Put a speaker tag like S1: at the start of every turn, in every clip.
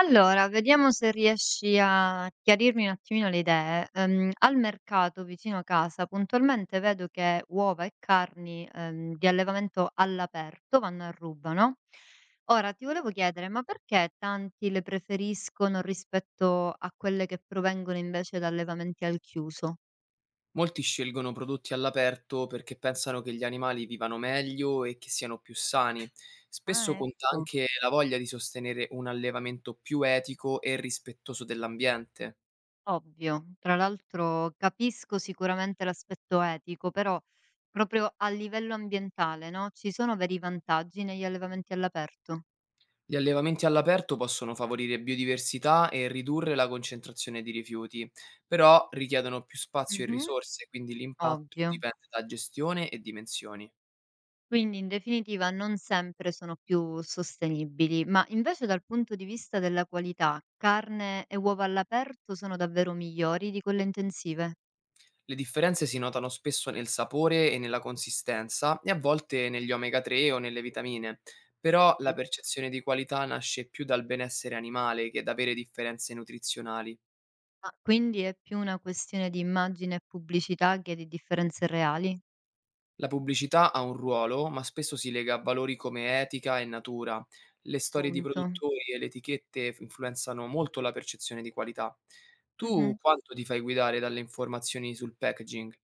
S1: Allora, vediamo se riesci a chiarirmi un attimino le idee. Al mercato vicino a casa puntualmente vedo che uova e carni, di allevamento all'aperto vanno a ruba, no? Ora ti volevo chiedere, ma perché tanti le preferiscono rispetto a quelle che provengono invece da allevamenti al chiuso?
S2: Molti scelgono prodotti all'aperto perché pensano che gli animali vivano meglio e che siano più sani. Spesso
S1: Ah,
S2: conta
S1: ecco.
S2: anche la voglia di sostenere un allevamento più etico e rispettoso dell'ambiente.
S1: Ovvio, tra l'altro capisco sicuramente l'aspetto etico, però proprio a livello ambientale, no, ci sono veri vantaggi negli allevamenti all'aperto.
S2: Gli allevamenti all'aperto possono favorire biodiversità e ridurre la concentrazione di rifiuti, però richiedono più spazio e
S1: Mh-mh.
S2: risorse, quindi l'impatto
S1: Ovvio.
S2: dipende da gestione e dimensioni.
S1: Quindi in definitiva non sempre sono più sostenibili, ma invece dal punto di vista della qualità, carne e uova all'aperto sono davvero migliori di quelle intensive?
S2: Le differenze si notano spesso nel sapore e nella consistenza e a volte negli omega 3 o nelle vitamine, però la
S1: Capi
S2: percezione di qualità nasce più dal benessere animale che da vere differenze nutrizionali.
S1: Ah, quindi è più una questione di immagine e pubblicità che di differenze reali?
S2: La pubblicità ha un ruolo, ma spesso si lega a valori come etica e natura. Le storie di
S1: Punto.
S2: produttori e le etichette influenzano molto la percezione di qualità. Tu
S1: Mh-mh.
S2: quanto ti fai guidare dalle informazioni sul packaging?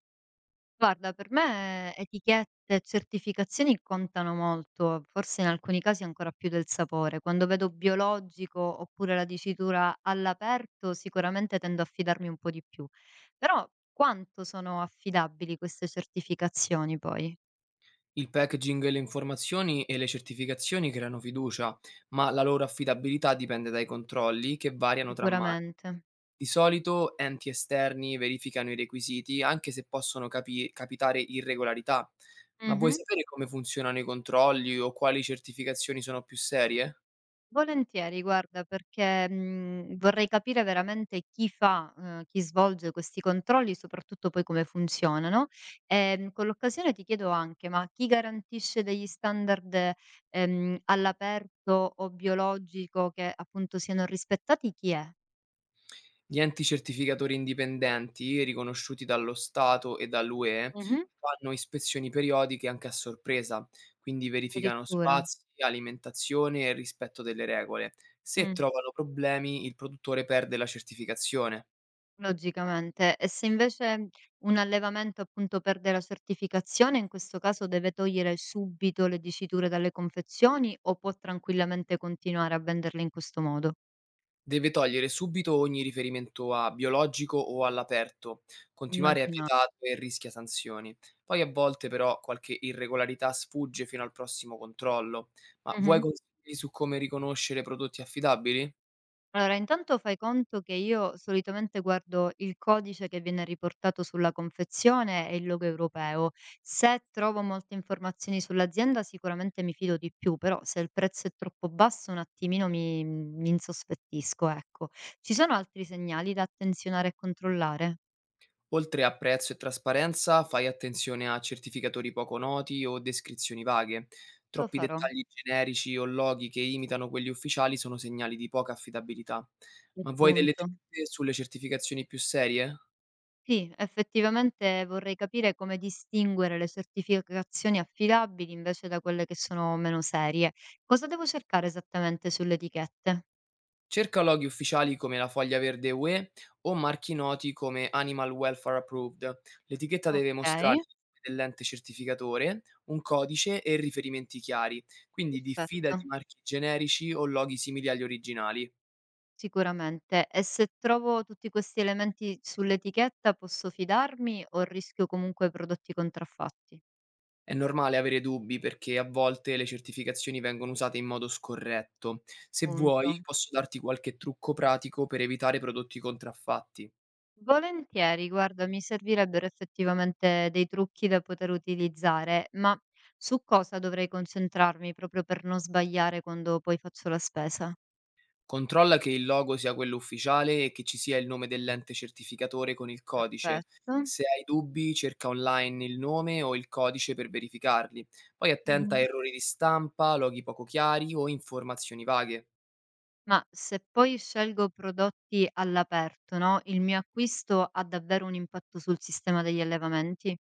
S1: Guarda, per me etichette e certificazioni contano molto, forse in alcuni casi ancora più del sapore. Quando vedo biologico oppure la dicitura all'aperto, sicuramente tendo a fidarmi un po' di più. Però quanto sono affidabili queste certificazioni poi?
S2: Il packaging, le informazioni e le certificazioni creano fiducia, ma la loro affidabilità dipende dai controlli che variano tra mari.
S1: Sicuramente.
S2: Di solito enti esterni verificano i requisiti, anche se possono capitare irregolarità. Ma vuoi sapere come funzionano i controlli o quali certificazioni sono più serie?
S1: Volentieri, guarda, perché, vorrei capire veramente chi fa, chi svolge questi controlli, soprattutto poi come funzionano. Con l'occasione ti chiedo anche, ma chi garantisce degli standard, all'aperto o biologico che appunto siano rispettati chi è?
S2: Gli enti certificatori indipendenti, riconosciuti dallo Stato e dall'UE,
S1: Mh-mh.
S2: fanno ispezioni periodiche anche a sorpresa, quindi verificano
S1: Addirittura.
S2: spazi, alimentazione e rispetto delle regole. Se
S1: Mh.
S2: trovano problemi, il produttore perde la certificazione.
S1: Logicamente. E se invece un allevamento, appunto, perde la certificazione, in questo caso deve togliere subito le diciture dalle confezioni o può tranquillamente continuare a venderle in questo modo?
S2: Deve togliere subito ogni riferimento a biologico o all'aperto. Continuare è
S1: Immagina
S2: vietato e rischia sanzioni. Poi a volte però qualche irregolarità sfugge fino al prossimo controllo. Ma
S1: mh-mh.
S2: vuoi consigli su come riconoscere prodotti affidabili?
S1: Allora, intanto fai conto che io solitamente guardo il codice che viene riportato sulla confezione e il logo europeo. Se trovo molte informazioni sull'azienda, sicuramente mi fido di più, però se il prezzo è troppo basso, un attimino mi insospettisco, ecco. Ci sono altri segnali da attenzionare e controllare?
S2: Oltre a prezzo e trasparenza, fai attenzione a certificatori poco noti o descrizioni vaghe.
S1: Lo
S2: Troppi
S1: farò.
S2: dettagli generici o loghi che imitano quelli ufficiali sono segnali di poca affidabilità.
S1: E
S2: Ma vuoi delle
S1: punto.
S2: dritte sulle certificazioni più serie?
S1: Sì, effettivamente vorrei capire come distinguere le certificazioni affidabili invece da quelle che sono meno serie. Cosa devo cercare esattamente sulle etichette?
S2: Cerca loghi ufficiali come la foglia verde UE o marchi noti come Animal Welfare Approved. L'etichetta deve mostrare
S1: Ok,
S2: il nome dell'ente certificatore, un codice e riferimenti chiari, quindi diffida di
S1: perfetto,
S2: marchi generici o loghi simili agli originali.
S1: sicuramente. E se trovo tutti questi elementi sull'etichetta, posso fidarmi o rischio comunque prodotti contraffatti?
S2: È normale avere dubbi perché a volte le certificazioni vengono usate in modo scorretto. Se
S1: Punto.
S2: vuoi, posso darti qualche trucco pratico per evitare prodotti contraffatti.
S1: Volentieri, guarda, mi servirebbero effettivamente dei trucchi da poter utilizzare, ma su cosa dovrei concentrarmi proprio per non sbagliare quando poi faccio la spesa?
S2: Controlla che il logo sia quello ufficiale e che ci sia il nome dell'ente certificatore con il codice.
S1: Perfetto.
S2: Se hai dubbi, cerca online il nome o il codice per verificarli. Poi attenta a
S1: Mhm.
S2: errori di stampa, loghi poco chiari o informazioni vaghe.
S1: Ma se poi scelgo prodotti all'aperto, no? Il mio acquisto ha davvero un impatto sul sistema degli allevamenti?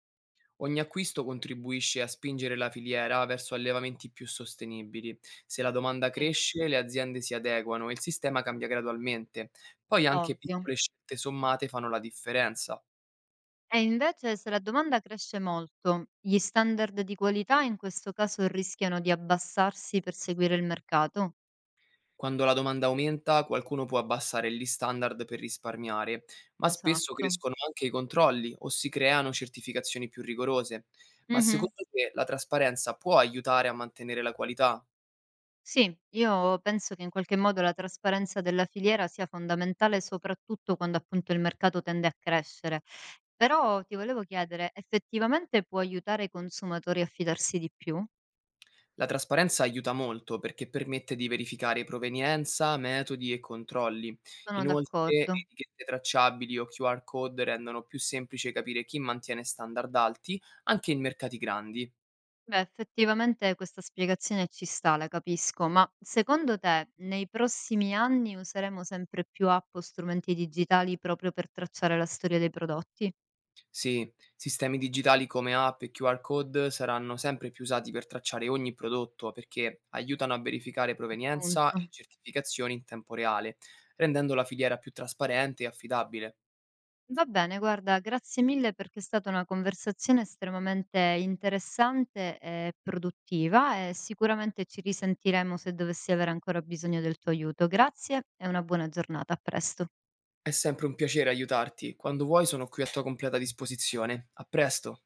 S2: Ogni acquisto contribuisce a spingere la filiera verso allevamenti più sostenibili. Se la domanda
S1: Sì.
S2: cresce, le aziende si adeguano e il sistema cambia gradualmente. Poi anche
S1: Ovvio.
S2: piccole scelte sommate fanno la differenza.
S1: E invece se la domanda cresce molto, gli standard di qualità in questo caso rischiano di abbassarsi per seguire il mercato?
S2: Quando la domanda aumenta, qualcuno può abbassare gli standard per risparmiare, ma spesso
S1: Esatto.
S2: crescono anche i controlli o si creano certificazioni più rigorose. Ma
S1: Mh-mh.
S2: secondo te la trasparenza può aiutare a mantenere la qualità?
S1: Sì, io penso che in qualche modo la trasparenza della filiera sia fondamentale, soprattutto quando appunto il mercato tende a crescere. Però ti volevo chiedere, effettivamente può aiutare i consumatori a fidarsi di più?
S2: La trasparenza aiuta molto perché permette di verificare provenienza, metodi e controlli.
S1: Sono
S2: Inoltre,
S1: d'accordo.
S2: etichette tracciabili o QR code rendono più semplice capire chi mantiene standard alti anche in mercati grandi.
S1: Beh, effettivamente questa spiegazione ci sta, la capisco, ma secondo te nei prossimi anni useremo sempre più app o strumenti digitali proprio per tracciare la storia dei prodotti?
S2: Sì, sistemi digitali come app e QR code saranno sempre più usati per tracciare ogni prodotto perché aiutano a verificare provenienza
S1: Appunto.
S2: e certificazioni in tempo reale, rendendo la filiera più trasparente e affidabile.
S1: Va bene, guarda, grazie mille perché è stata una conversazione estremamente interessante e produttiva e sicuramente ci risentiremo se dovessi avere ancora bisogno del tuo aiuto. Grazie e una buona giornata, a presto.
S2: È sempre un piacere aiutarti. Quando vuoi sono qui a tua completa disposizione. A presto.